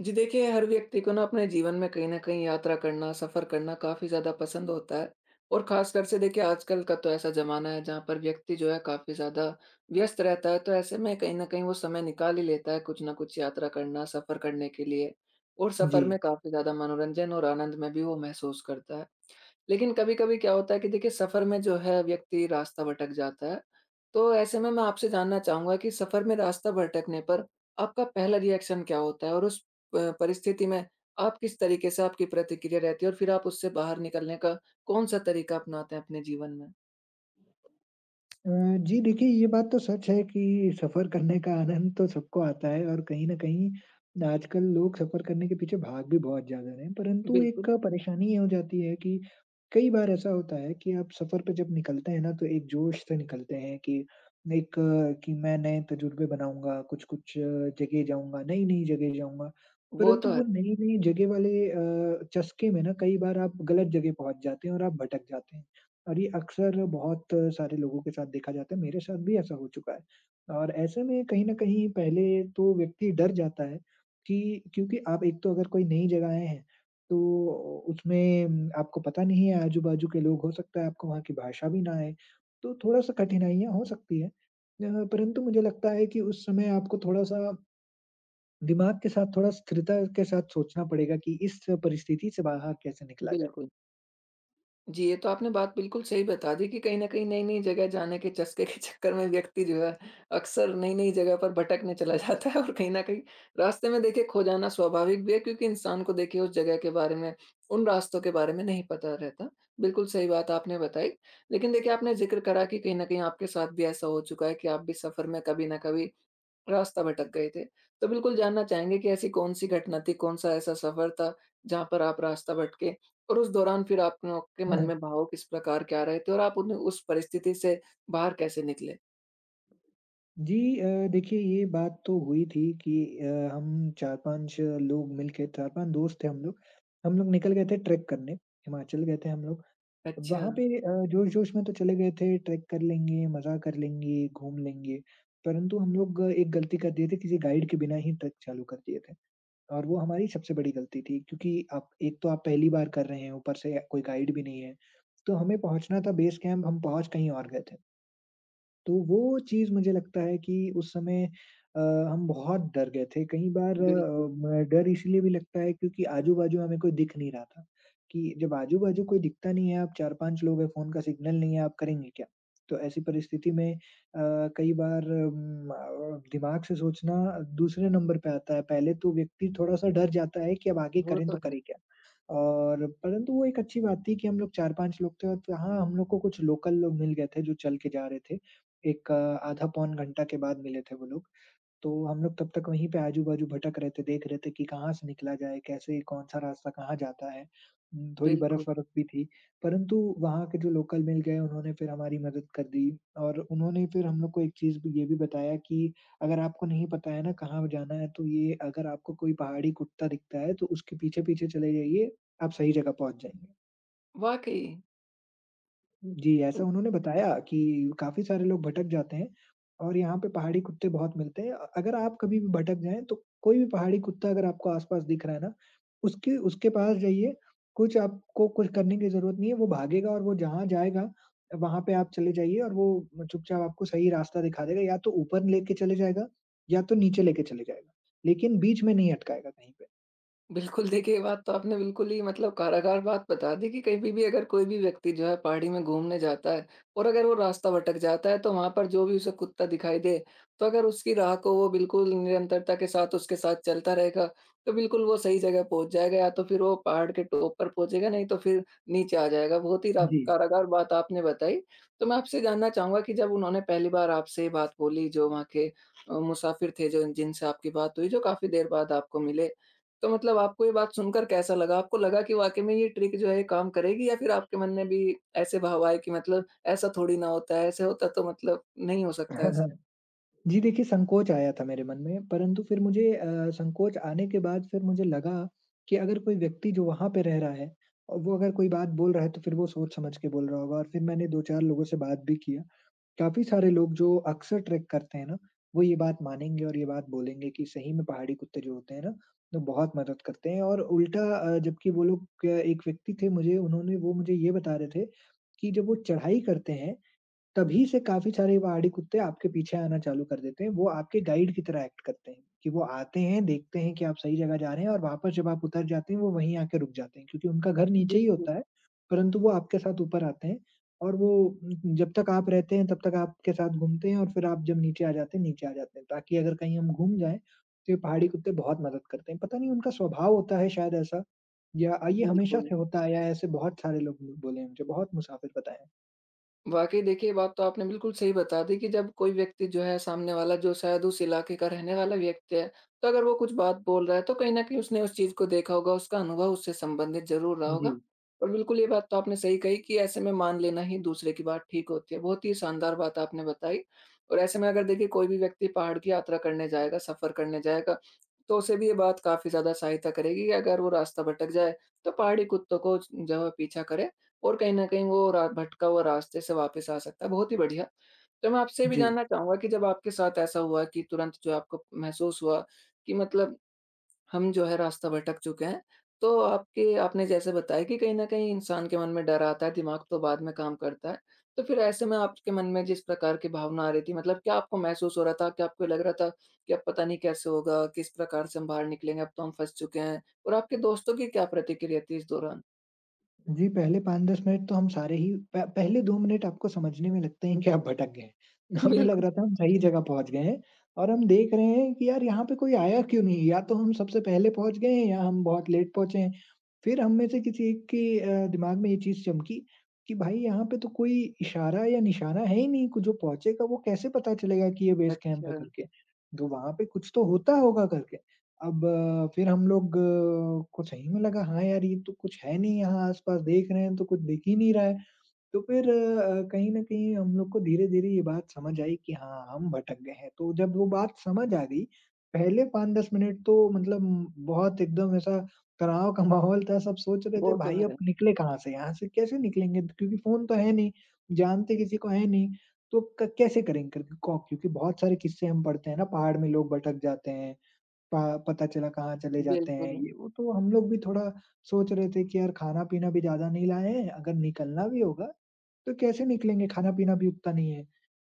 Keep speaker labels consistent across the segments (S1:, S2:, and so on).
S1: जी देखिए, हर व्यक्ति को ना अपने जीवन में कहीं न कहीं यात्रा करना, सफ़र करना काफ़ी ज़्यादा पसंद होता है। और ख़ासकर से देखिए आजकल का तो ऐसा ज़माना है जहाँ पर व्यक्ति जो है काफ़ी ज़्यादा व्यस्त रहता है। तो ऐसे में कहीं न कहीं वो समय निकाल ही लेता है कुछ न कुछ यात्रा करना, सफ़र करने के लिए। और
S2: जी।
S1: सफ़र में काफ़ी ज़्यादा मनोरंजन और आनंद में भी वो महसूस करता है। लेकिन कभी-कभी क्या होता है कि देखिए सफ़र में जो है व्यक्ति रास्ता भटक जाता है। तो ऐसे में मैं आपसे जानना चाहूँगा कि सफ़र में रास्ता भटकने पर आपका पहला रिएक्शन क्या होता है? और उस प परिस्थिति में आप किस तरीके से आपकी प्रतिक्रिया रहती है और फिर आप उससे बाहर निकलने का कौन-सा तरीका अपनाते हैं अपने जीवन में?
S2: अ, जी देखिए, ये बात तो सच है कि सफ़र करने का आनंद तो सबको आता है और कहीं न कहीं आजकल लोग सफ़र करने के पीछे भाग भी बहुत ज़्यादा रहे हैं। परंतु
S1: बिल्कुल।
S2: एक परेशानी ये हो जाती है कि कई बार ऐसा होता है कि आप सफ़र पे जब निकलते हैं ना तो एक जोश से निकलते हैं कि कि मैं नए तजुर्बे बनाऊँगा, कुछ-कुछ जगह जाऊँगा, नई-नई जगह जाऊँगा।
S1: वो
S2: परंतु
S1: तो
S2: वो
S1: है,
S2: नई-नई जगह वाले चस्के में ना कई बार आप गलत जगह पहुँच जाते हैं और आप भटक जाते हैं। और ये अक्सर बहुत सारे लोगों के साथ देखा जाता है, मेरे साथ भी ऐसा हो चुका है। और ऐसे में कहीं न कहीं पहले तो व्यक्ति डर जाता है कि क्योंकि आप एक तो अगर कोई नई जगह आए हैं, तो उसमें आपको पता नहीं है आजू-बाजू के लोग, हो सकता है आपको वहाँ की भाषा भी ना आए, तो थोड़ा-सा कठिनाइयाँ हो सकती हैं। परंतु मुझे लगता है कि उस समय आपको थोड़ा-सा दिमाग के साथ, थोड़ा स्थिरता के साथ सोचना पड़ेगा कि इस परिस्थिति से बाहर कैसे निकला जाए।
S1: बिल्कुल। जी, ये तो आपने बात बिल्कुल सही बता दी कि कहीं न कहीं नई-नई जगह जाने के चस्के के चक्कर में व्यक्ति जो है अक्सर नई-नई जगह पर भटकने चला जाता है और कहीं न कहीं रास्ते में देखिए खो जाना स्वाभाविक भी है क्योंकि इंसान को देखिए उस जगह के बारे में, उन रास्तों के बारे में नहीं पता रहता। बिल्कुल सही बात आपने बताई। लेकिन देखिए आपने ज़िक्र करा कि कहीं न कहीं आपके साथ भी ऐसा हो चुका है कि आप भी सफ़र में कभी न कभी रास्ता भटक गए थे। तो बिल्कुल जानना चाहेंगे कि ऐसी कौन-सी घटना थी, कौन-सा ऐसा सफ़र था जहाँ पर आप रास्ता भटके? और उस दौरान फिर आपनों के मन में भाव किस प्रकार के आ रहे थे और आप उन्हें उस परिस्थिति से बाहर कैसे निकले?
S2: जी देखिए ये बात तो हुई थी कि हम 4-5 लोग मिल के 4-5 दोस्त थे हम लोग। हम लोग निकल गए थे ट्रैक करने, हिमाचल गए थे हम लोग।
S1: अच्छा,
S2: वहाँ पे जोश-जोश में तो चले गए थे ट्रैक कर लेंगे, मज़ा कर लेंगे, घूम लेंगे। परंतु हम लोग एक गलती कर दिए थे, किसी गाइड के बिना ही ट्रैक चालू कर दिए थे और वो हमारी सबसे बड़ी गलती थी क्योंकि आप एक तो आप पहली बार कर रहे हैं, ऊपर से कोई गाइड भी नहीं है। तो हमें पहुँचना था बेस कैंप, हम पहुँच कहीं और गए थे। तो वो चीज़ मुझे लगता है कि उस समय अ, हम बहुत डर गए थे। कई बार अ,
S1: बिल्कुल।
S2: म डर इसलिए भी लगता है क्योंकि आजू-बाजू हमें कोई दिख नहीं रहा था, कि जब आजू-बाजू कोई दिखता नहीं है, आप 4-5 लोग हैं, फ़ोन का सिग्नल नहीं है, आप करेंगे क्या? तो ऐसी परिस्थिति में कई बार दिमाग से सोचना दूसरे नंबर पे आता है। पहले तो व्यक्ति थोड़ा-सा डर जाता है कि अब आगे
S1: वो
S2: करें
S1: तो
S2: तो
S1: है,
S2: करें क्या? और परंतु वो एक अच्छी बात थी कि हम लोग 4-5 लोग थे और वहाँ हम लोग को कुछ लोकल लोग मिल गए थे जो चल के जा रहे थे। एक अ, आधा पौन घंटा के बाद मिले थे वो लोग। तो हम लोग तब तक वहीं पे आजू-बाजू भटक रहे थे, देख रहे थे कि कहाँ से निकला जाए, कैसे कौन-सा रास्ता कहाँ जाता है। थोड़ी
S1: बिल्कुल।
S2: बर्फ-वर्फ भी थी, परंतु वहाँ के जो लोकल मिल गए उन्होंने फिर हमारी मदद कर दी और उन्होंने फिर हम लोग को एक चीज़ ये भी बताया कि अगर आपको नहीं पता है ना कहाँ जाना है तो ये अगर आपको कोई पहाड़ी कुत्ता दिखता है तो उसके पीछे-पीछे चले जाइए, आप सही जगह पहुँच जाएँगे।
S1: वाक़ई।
S2: जी, ऐसा उन्होंने बताया कि काफ़ी सारे लोग भटक जाते हैं और यहाँ पे पहाड़ी कुत्ते बहुत मिलते हैं। अगर आप कभी भी भटक जाएँ तो कोई भी पहाड़ी कुत्ता अगर आपको आस-पास दिख रहा है ना, उसके उसके पास जाइए, कुछ आपको कुछ करने की ज़रूरत नहीं है, वो भागेगा और वो जहाँ जाएगा वहाँ पे आप चले जाइए और वो चुपचाप आपको सही रास्ता दिखा देगा, या तो ऊपर लेके चले जाएगा या तो नीचे लेके चले जाएगा, लेकिन बीच में नहीं अटकाएगा कहीं पे।
S1: बिल्कुल, देखिए ये बात तो आपने बिल्कुल ही मतलब कारागार बात बता दी कि कभी भी अगर कोई भी व्यक्ति जो है पहाड़ी में घूमने जाता है और अगर वो रास्ता भटक जाता है, तो वहाँ पर जो भी उसे कुत्ता दिखाई दे, तो अगर उसकी राह को वो बिल्कुल निरंतरता के साथ उसके साथ चलता रहेगा, तो बिल्कुल वो सही जगह पहुँच जाएगा या तो फिर वो पहाड़ के टॉप पर पहुँचेगा, नहीं तो फिर नीचे आ जाएगा। बहुत ही रा
S2: जी।
S1: कारागार बात आपने बताई। तो मैं आपसे जानना चाहूँगा कि जब उन्होंने पहली बार आपसे ये बात बोली, जो वहाँ के मुसाफिर थे, जो जिनसे आपकी बात हुई, जो काफ़ी देर बाद आपको मिले, तो मतलब आपको ये बात सुनकर कैसा लगा? आपको लगा कि वाक़ई में ये ट्रिक जो है काम करेगी या फिर आपके मन में भी ऐसे भाव आए कि मतलब ऐसा थोड़ी ना होता है, ऐसे होता तो मतलब नहीं हो सकता ऐसा?
S2: जी, देखिए संकोच आया था मेरे मन में, परंतु फिर मुझे संकोच आने के बाद फिर मुझे लगा कि अगर कोई व्यक्ति जो वहाँ पे रह रहा है और वो अगर कोई बात बोल रहा है, तो फिर वो सोच-समझ के बोल रहा होगा और फिर मैंने 2-4 लोगों से बात भी किया। काफ़ी सारे लोग जो अक्सर ट्रेक करते हैं ना, वो ये बात मानेंगे और ये बात बोलेंगे कि सही में पहाड़ी कुत्ते जो होते हैं ना, वो बहुत मदद करते हैं और उल्टा जबकि वो लोग एक व्यक्ति थे मुझे उन्होंने वो मुझे ये बता रहे थे कि जब वो चढ़ाई करते हैं, तभी से काफ़ी सारे पहाड़ी कुत्ते आपके पीछे आना चालू कर देते हैं। वो आपके गाइड की तरह एक्ट करते हैं, कि वो आते हैं, देखते हैं कि आप सही जगह जा रहे हैं और वापस जब आप उतर जाते हैं, वो वहीं आके रुक जाते हैं। क्योंकि उनका घर नीचे ही होता
S1: बिल्कुल,
S2: है, परंतु वो आपके साथ ऊपर आते हैं और जब तक आप रहते हैं, तब तक आपके साथ घूमते हैं और फिर आप जब नीचे आ जाते हैं, नीचे आ जाते हैं। ताकि अगर कहीं हम घूम जाएँ, तो ये पहाड़ी कुत्ते बहुत मदद करते हैं। पता नहीं उनका स्वभाव होता है शायद ऐसा या ये हमेशा
S1: बिल्कुल।
S2: से होता आया है, ऐसे बहुत सारे लोग बोले हैं मुझे, बहुत मुसाफिर बताएँ।
S1: वाक़ई देखिए, ये बात तो आपने बिल्कुल सही बता दी कि जब कोई व्यक्ति जो है सामने वाला जो शायद उस इलाके का रहने वाला व्यक्ति है, तो अगर वो कुछ बात बोल रहा है तो कहीं न कहीं उसने उस चीज़ को देखा होगा, उसका अनुभव उससे संबंधित ज़रूर रहा
S2: जी,
S1: होगा। और बिल्कुल ये बात तो आपने सही कही कि ऐसे में मान लेना ही दूसरे की बात ठीक होती है। बहुत ही शानदार बात आपने बताई और ऐसे में अगर देखिए कोई भी व्यक्ति पहाड़ की यात्रा करने जाएगा, सफ़र करने जाएगा, तो उसे भी ये बात काफ़ी ज़्यादा सहायता करेगी कि अगर वो रास्ता भटक जाए, तो पहाड़ी कुत्तों को जो है पीछा करे। और कहीं न कहीं वो रा भटका हुआ रास्ते से वापस आ सकता है। बहुत ही बढ़िया। तो मैं आपसे ये भी
S2: जी।
S1: जानना चाहूँगा कि जब आपके साथ ऐसा हुआ कि तुरंत जो आपको महसूस हुआ कि मतलब हम जो है रास्ता भटक चुके हैं, तो आपके आपने जैसे बताया कि कहीं न कहीं इंसान के मन में डर आता है, दिमाग तो बाद में काम करता है। तो फिर ऐसे में आपके मन में जिस प्रकार की भावना आ रही थी मतलब क्या आपको महसूस हो रहा था? क्या आपको लग रहा था कि अब पता नहीं कैसे होगा, किस प्रकार से हम बाहर निकलेंगे, अब तो हम फँस चुके हैं? और आपके दोस्तों की क्या प्रतिक्रिया थी इस दौरान?
S2: जी, पहले 5-10 मिनट तो हम सारे ही प पहले 2 मिनट आपको समझने में लगते हैं कि आप भटक गए हैं। हमें लग
S1: बिल्कुल।
S2: रहा था हम सही जगह पहुँच गए हैं और हम देख रहे हैं कि यार यहाँ पे कोई आया क्यों नहीं? या तो हम सबसे पहले पहुँच गए हैं या हम बहुत लेट पहुँचे हैं। फिर हम में से किसी एक के दिमाग में ये चीज़ चमकी कि भाई यहाँ पे तो कोई इशारा या निशाना है ही नहीं, को जो पहुँचेगा वो कैसे पता चलेगा कि ये बेस कैंप है
S1: अच्छा।
S2: करके? तो वहाँ पे कुछ तो होता होगा करके। फिर को सही में लगा हाँ यार, ये तो कुछ है नहीं यहाँ आस-पास देख रहे हैं तो कुछ दिख ही नहीं रहा है। तो फिर कहीं न कहीं हम लोग को धीरे-धीरे ये बात समझ आई कि हाँ, हम भटक गए हैं। तो जब वो बात समझ आ गई, पहले 5-10 मिनट तो मतलब बहुत एकदम ऐसा तनाव का माहौल था, सब सोच रहे थे
S1: वो तो
S2: भाई अब
S1: है।
S2: निकले कहाँ से? यहाँ से कैसे निकलेंगे? क्योंकि फ़ोन तो है नहीं, जानते किसी को है नहीं, तो क कैसे करेंगे? क्योंकि बहुत सारे किस्से हम पढ़ते हैं ना पहाड़ में लोग भटक जाते हैं पा पता चला कहाँ चले जाते हैं
S1: बिल्कुल,
S2: ये वो, तो हम लोग भी थोड़ा सोच रहे थे कि यार खाना-पीना भी ज़्यादा नहीं लाए हैं, अगर निकलना भी होगा तो कैसे निकलेंगे खाना-पीना भी उतना नहीं है।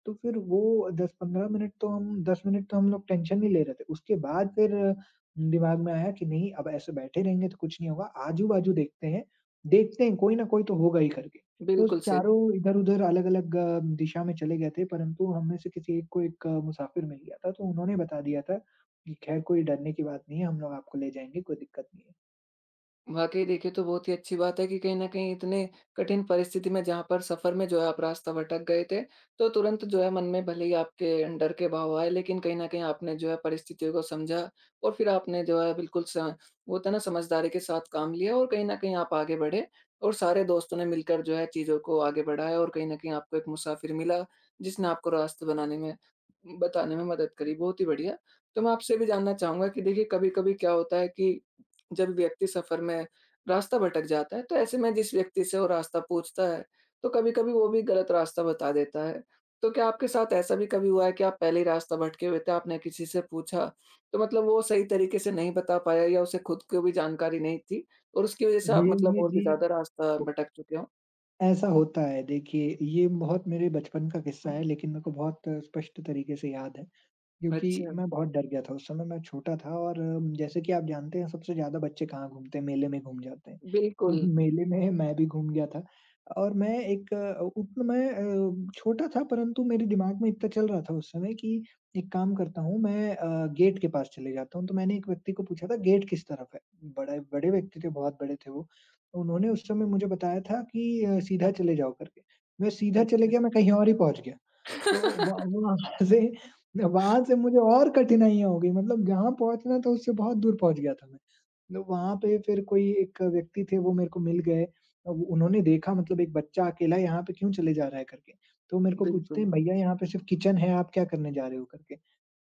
S2: तो फिर वो 10-15 मिनट तो हम 10 मिनट तो हम लोग टेंशन नहीं ले रहे थे। उसके बाद फिर दिमाग में आया कि नहीं अब ऐसे बैठे रहेंगे तो कुछ नहीं होगा, आजू-बाजू देखते हैं कोई ना कोई तो होगा ही करके। तो
S1: बिल्कुल सही।
S2: चारों इधर-उधर अलग-अलग दिशा में चले गए थे परंतु हम में से किसी एक को मुसाफिर मिल गया था, तो उन्होंने बता दिया था कि खैर कोई डरने की बात नहीं है, हम लोग आपको ले जाएँगे, कोई दिक्कत नहीं है।
S1: वाक़ई देखिए, तो बहुत ही अच्छी बात है कि कहीं न कहीं इतने कठिन परिस्थिति में जहाँ पर सफ़र में जो है आप रास्ता भटक गए थे, तो तुरंत जो है मन में भले ही आपके डर के भाव आए लेकिन कहीं न कहीं आपने जो है परिस्थितियों को समझा और फिर आपने जो है बिल्कुल स वो होता है ना समझदारी के साथ काम लिया और कहीं न कहीं आप आगे बढ़े और सारे दोस्तों ने मिलकर जो है चीज़ों को आगे बढ़ाया और कहीं न कहीं आपको एक मुसाफ़िर मिला, जिसने आपको रास्ते बनाने में बताने में मदद करी। बहुत ही बढ़िया। तो मैं आपसे भी जानना चाहूँगा कि देखिए कभी-कभी क्या होता है कि जब व्यक्ति सफर में रास्ता भटक जाता है, तो ऐसे में जिस व्यक्ति से वो रास्ता पूछता है, तो कभी-कभी वो भी गलत रास्ता बता देता है। तो क्या आपके साथ ऐसा भी कभी हुआ है कि आप पहले ही रास्ता भटके हुए थे, आपने किसी से पूछा, तो मतलब वो सही तरीके से नहीं बता पाया या उसे खुद को भी जानकारी नहीं थी और उसकी वजह से आप
S2: ये
S1: मतलब
S2: ये
S1: और भी
S2: जी,
S1: ज़्यादा रास्ता
S2: वो
S1: भटक चुके हों?
S2: ऐसा होता है देखिए, ये बहुत मेरे बचपन का किस्सा है लेकिन मेरे को बहुत स्पष्ट तरीके से याद है। क्योंकि
S1: अच्छा।
S2: मैं बहुत डर गया था, उस समय मैं छोटा था और जैसे कि आप जानते हैं सबसे ज़्यादा बच्चे कहाँ घूमते हैं, मेले में घूम जाते हैं। तो
S1: बिल्कुल।
S2: मेले में मैं भी घूम गया था और मैं एक अ, उतना मैं अ, छोटा था परंतु मेरे दिमाग में इतना चल रहा था उस समय कि एक काम करता हूँ गेट के पास चले जाता हूँ। तो मैंने एक व्यक्ति को पूछा था गेट किस तरफ है? बड़े बड़े व्यक्ति थे, बहुत बड़े थे वो। तो उन्होंने उस समय मुझे बताया था कि सीधा चले जाओ करके। मैं सीधा चले
S1: अच्छा।
S2: गया, मैं कहीं और ही पहुँच गया। तो व वहाँ से वहाँ से मुझे और कठिनाइयाँ हो गई मतलब जहाँ पहुँचना था उससे बहुत दूर पहुँच गया था मैं। तो वहाँ पे फिर कोई एक व्यक्ति थे वो मेरे को मिल गए। अब उन्होंने देखा मतलब एक बच्चा अकेला यहाँ पे क्यों चले जा रहा है करके। तो मेरे को पूछते हैं
S1: बिल्कुल,
S2: भैया यहाँ पे सिर्फ़ किचन है आप क्या करने जा रहे हो करके।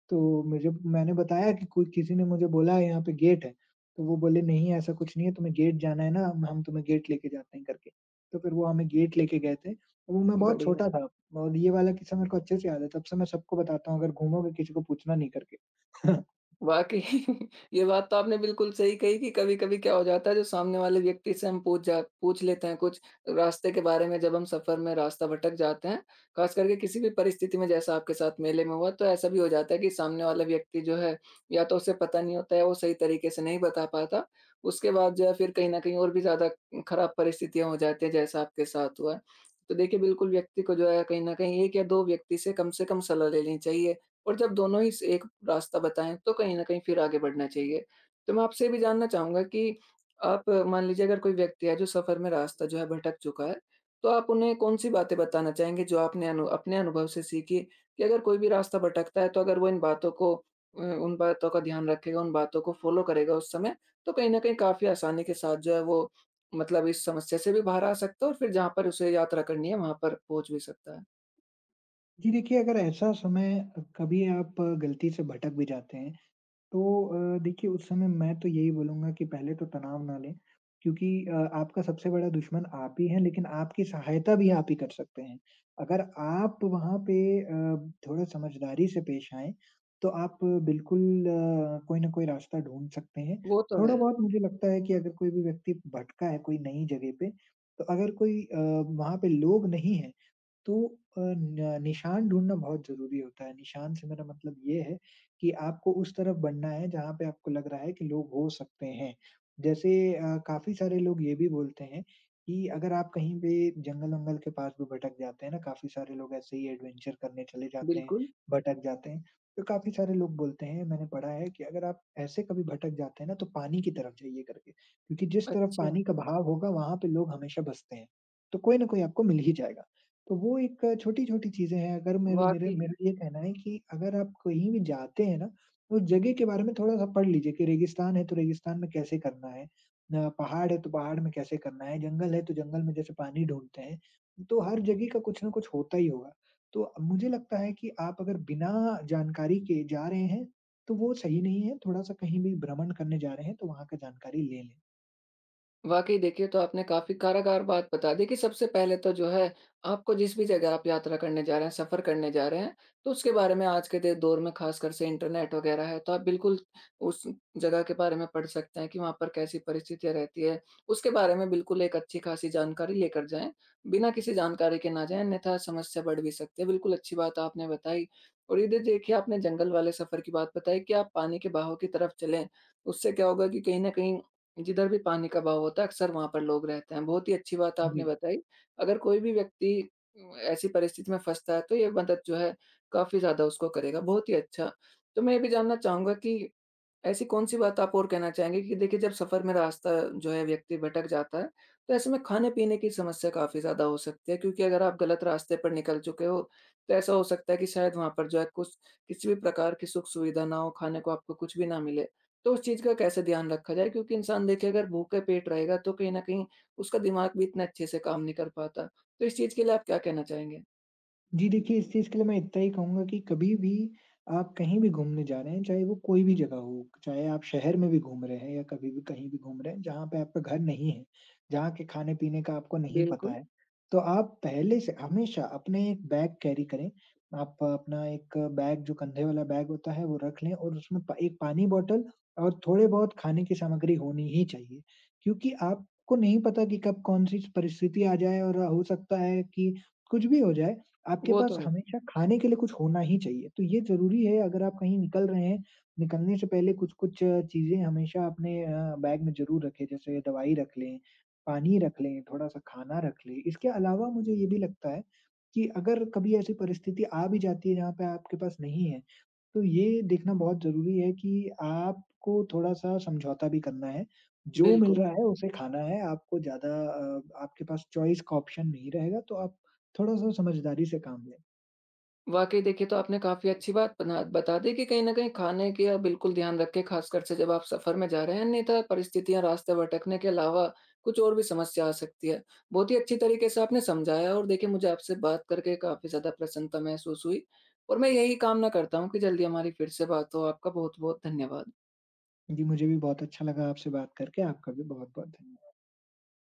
S2: तो मुझे मैंने बताया कि कोई किसी ने मुझे बोला है यहाँ पे गेट है। तो वो बोले नहीं ऐसा कुछ नहीं है, तुम्हें गेट जाना है ना, हम तुम्हें गेट लेके जाते हैं करके। तो फिर वो हमें गेट लेके गए थे। वो मैं बहुत
S1: बढ़िया।
S2: छोटा था और ये वाला किस्सा मेरे को अच्छे से याद है, तब से मैं सबको बताता हूँ अगर घूमोगे किसी को पूछना नहीं करके।
S1: वाक़ई ये बात तो आपने बिल्कुल सही कही कि कभी-कभी क्या हो जाता है जो सामने वाले व्यक्ति से हम पूछ लेते हैं कुछ रास्ते के बारे में जब हम सफ़र में रास्ता भटक जाते हैं, ख़ास करके किसी भी परिस्थिति में जैसा आपके साथ मेले में हुआ तो ऐसा भी हो जाता है कि सामने वाला व्यक्ति जो है या तो उसे पता नहीं होता है वो सही तरीके से नहीं बता पाता, उसके बाद जो है फिर कहीं न कहीं और भी ज़्यादा ख़राब परिस्थितियाँ हो जाती हैं जैसा आपके साथ हुआ। है। तो देखिए बिल्कुल व्यक्ति को जो है कहीं न कहीं 1 या 2 व्यक्ति से कम सलाह ले लेनी चाहिए। और जब दोनों ही स एक रास्ता बताएँ, तो कहीं न कहीं फिर आगे बढ़ना चाहिए। तो मैं आपसे ये भी जानना चाहूँगा कि आप मान लीजिए अगर कोई व्यक्ति है जो सफ़र में रास्ता जो है भटक चुका है, तो आप उन्हें कौन-सी बातें बताना चाहेंगे जो आपने अनु अपने अनुभव से सीखी कि अगर कोई भी रास्ता भटकता है तो अगर वो इन बातों को उन बातों का ध्यान रखेगा, उन बातों को फ़ॉलो करेगा उस समय, तो कहीं न कहीं काफ़ी आसानी के साथ जो है वो मतलब इस समस्या से भी बाहर आ सकता है और फिर जहाँ पर उसे यात्रा करनी है वहाँ पर पहुँच भी सकता है।
S2: जी देखिए, अगर ऐसा समय कभी आप गलती से भटक भी जाते हैं, तो देखिए उस समय मैं तो यही बोलूँगा कि पहले तो तनाव ना लें, क्योंकि आपका सबसे बड़ा दुश्मन आप ही हैं, लेकिन आपकी सहायता भी आप ही कर सकते हैं। अगर आप वहाँ पे अ, थोड़ा समझदारी से पेश आएँ, तो आप बिल्कुल कोई ना कोई रास्ता ढूँढ सकते हैं।
S1: वो तो है।
S2: थोड़ा-बहुत मुझे लगता है कि अगर कोई भी व्यक्ति भटका है कोई नई जगह पे, तो अगर कोई वहाँ पे लोग नहीं हैं तो अ, न निशान ढूँढना बहुत ज़रूरी होता है। निशान से मेरा मतलब ये है कि आपको उस तरफ बढ़ना है जहाँ पे आपको लग रहा है कि लोग हो सकते हैं। जैसे काफ़ी सारे लोग ये भी बोलते हैं कि अगर आप कहीं पे जंगल-वंगल के पास भी भटक जाते हैं ना, काफ़ी सारे लोग ऐसे ही एडवेंचर करने चले जाते हैं,
S1: बिल्कुल।
S2: भटक जाते हैं। तो काफ़ी सारे लोग बोलते हैं मैंने पढ़ा है कि अगर आप ऐसे कभी भटक जाते हैं ना तो पानी की तरफ जाइए करके, क्योंकि जिस तरफ
S1: अच्छा।
S2: पानी का बहाव होगा वहाँ पे लोग हमेशा बसते हैं। तो कोई ना कोई आपको मिल ही जाएगा। तो वो एक छोटी-छोटी चीज़ें हैं, अगर मेरे मेरे
S1: वाक़ई।
S2: मेरा ये कहना है कि अगर आप कहीं भी जाते हैं ना, तो उस जगह के बारे में थोड़ा-सा पढ़ लीजिए कि रेगिस्तान है, तो रेगिस्तान में कैसे करना है। पहाड़ है, तो पहाड़ में कैसे करना है, जंगल है, तो जंगल में जैसे पानी ढूँढते हैं, तो हर जगह का कुछ न कुछ होता ही होगा। तो अब मुझे लगता है कि आप अगर बिना जानकारी के जा रहे हैं, तो वो सही नहीं है, थोड़ा-सा कहीं भी भ्रमण करने जा रहे हैं, तो वहाँ का जानकारी ले लें।
S1: वाक़ई देखिए, तो आपने काफ़ी कारागार बात बता दी कि सबसे पहले तो जो है आपको जिस भी जगह आप यात्रा करने जा रहे हैं, सफ़र करने जा रहे हैं, तो उसके बारे में आज के दे दौर में ख़ासकर से इंटरनेट वग़ैरह है, तो आप बिल्कुल उस जगह के बारे में पढ़ सकते हैं कि वहाँ पर कैसी परिस्थितियाँ रहती है। उसके बारे में बिल्कुल एक अच्छी-ख़ासी जानकारी लेकर जाएँ, बिना किसी जानकारी के ना जाएँ, अन्यथा समस्या बढ़ भी सकती है। बिल्कुल अच्छी बात आपने बताई और इधर देखिए आपने जंगल वाले सफ़र की बात बताई कि आप पानी के बहाव की तरफ चलें, उससे क्या होगा कि कहीं न कहीं जिधर भी पानी का बहाव होता है, अक्सर वहाँ पर लोग रहते हैं। बहुत ही अच्छी बात आपने
S2: जी।
S1: बताई। अगर कोई भी व्यक्ति ऐसी परिस्थिति में फँसता है, तो ये मदद जो है काफ़ी ज़्यादा उसको करेगा। बहुत ही अच्छा। तो मैं ये भी जानना चाहूँगा कि ऐसी कौन-सी बात आप और कहना चाहेंगे कि देखिए, जब सफ़र में रास्ता जो है व्यक्ति भटक जाता है, तो ऐसे में खाने-पीने की समस्या काफ़ी ज़्यादा हो सकती है क्योंकि अगर आप गलत रास्ते पर निकल चुके हो, तो ऐसा हो सकता है कि शायद वहाँ पर जो है कुछ किसी भी प्रकार की सुख-सुविधा ना हो, खाने को आपको कुछ भी ना मिले। तो उस चीज़ का कैसे ध्यान रखा जाए? क्योंकि इंसान देखिए अगर भूखे पेट रहेगा तो कहीं न कहीं उसका दिमाग भी इतने अच्छे से काम नहीं कर पाता। तो इस चीज़ के लिए आप क्या कहना चाहेंगे?
S2: जी देखिए, इस चीज़ के लिए मैं इतना ही कहूँगा कि कभी भी आप कहीं भी घूमने जा रहे हैं, चाहे वो कोई भी जगह हो, चाहे आप शहर में भी घूम रहे हैं या कभी भी कहीं भी घूम रहे हैं, जहाँ पे आपका घर नहीं है, जहाँ के खाने-पीने का आपको नहीं पता
S1: बिल्कुल,
S2: है, तो आप पहले से हमेशा अपने एक बैग कैरी करें। आप अपना एक बैग जो कंधे वाला बैग होता है, वो रख लें और उसमें प एक पानी बॉटल और थोड़े-बहुत खाने की सामग्री होनी ही चाहिए, क्योंकि आपको नहीं पता कि कब कौन-सी परिस्थिति आ जाए और हो सकता है कि कुछ भी हो जाए। आपके
S1: वो
S2: पास
S1: तो है।
S2: हमेशा खाने के लिए कुछ होना ही चाहिए। तो ये ज़रूरी है अगर आप कहीं निकल रहे हैं, निकलने से पहले कुछ-कुछ चीज़ें हमेशा अपने बैग में ज़रूर रखें, जैसे दवाई रख लें, पानी रख लें, थोड़ा-सा खाना रख लें। इसके अलावा मुझे ये भी लगता है कि अगर कभी ऐसी परिस्थिति आ भी जाती है जहाँ पे आपके पास नहीं है, तो ये देखना बहुत ज़रूरी है कि आपको थोड़ा-सा समझौता भी करना है। जो मिल
S1: बिल्कुल।
S2: रहा है उसे खाना है, आपको ज़्यादा आपके पास चॉइस का ऑप्शन नहीं रहेगा तो आप थोड़ा-सा समझदारी से काम लें।
S1: वाक़ई देखिए, तो आपने काफ़ी अच्छी बात बना बता दी कि कहीं न कहीं खाने का बिल्कुल ध्यान रखें, ख़ासकर से जब आप सफ़र में जा रहे हैं, अन्यथा परिस्थितियाँ रास्ते भटकने के अलावा कुछ और भी समस्या आ सकती है। बहुत ही अच्छी तरीके से आपने समझाया और देखिए मुझे आपसे बात करके काफ़ी ज़्यादा प्रसन्नता महसूस हुई और मैं यही कामना करता हूँ कि जल्दी हमारी फिर से बात हो। आपका बहुत-बहुत धन्यवाद।
S2: जी, मुझे भी बहुत अच्छा लगा आपसे बात करके, आपका भी बहुत-बहुत धन्य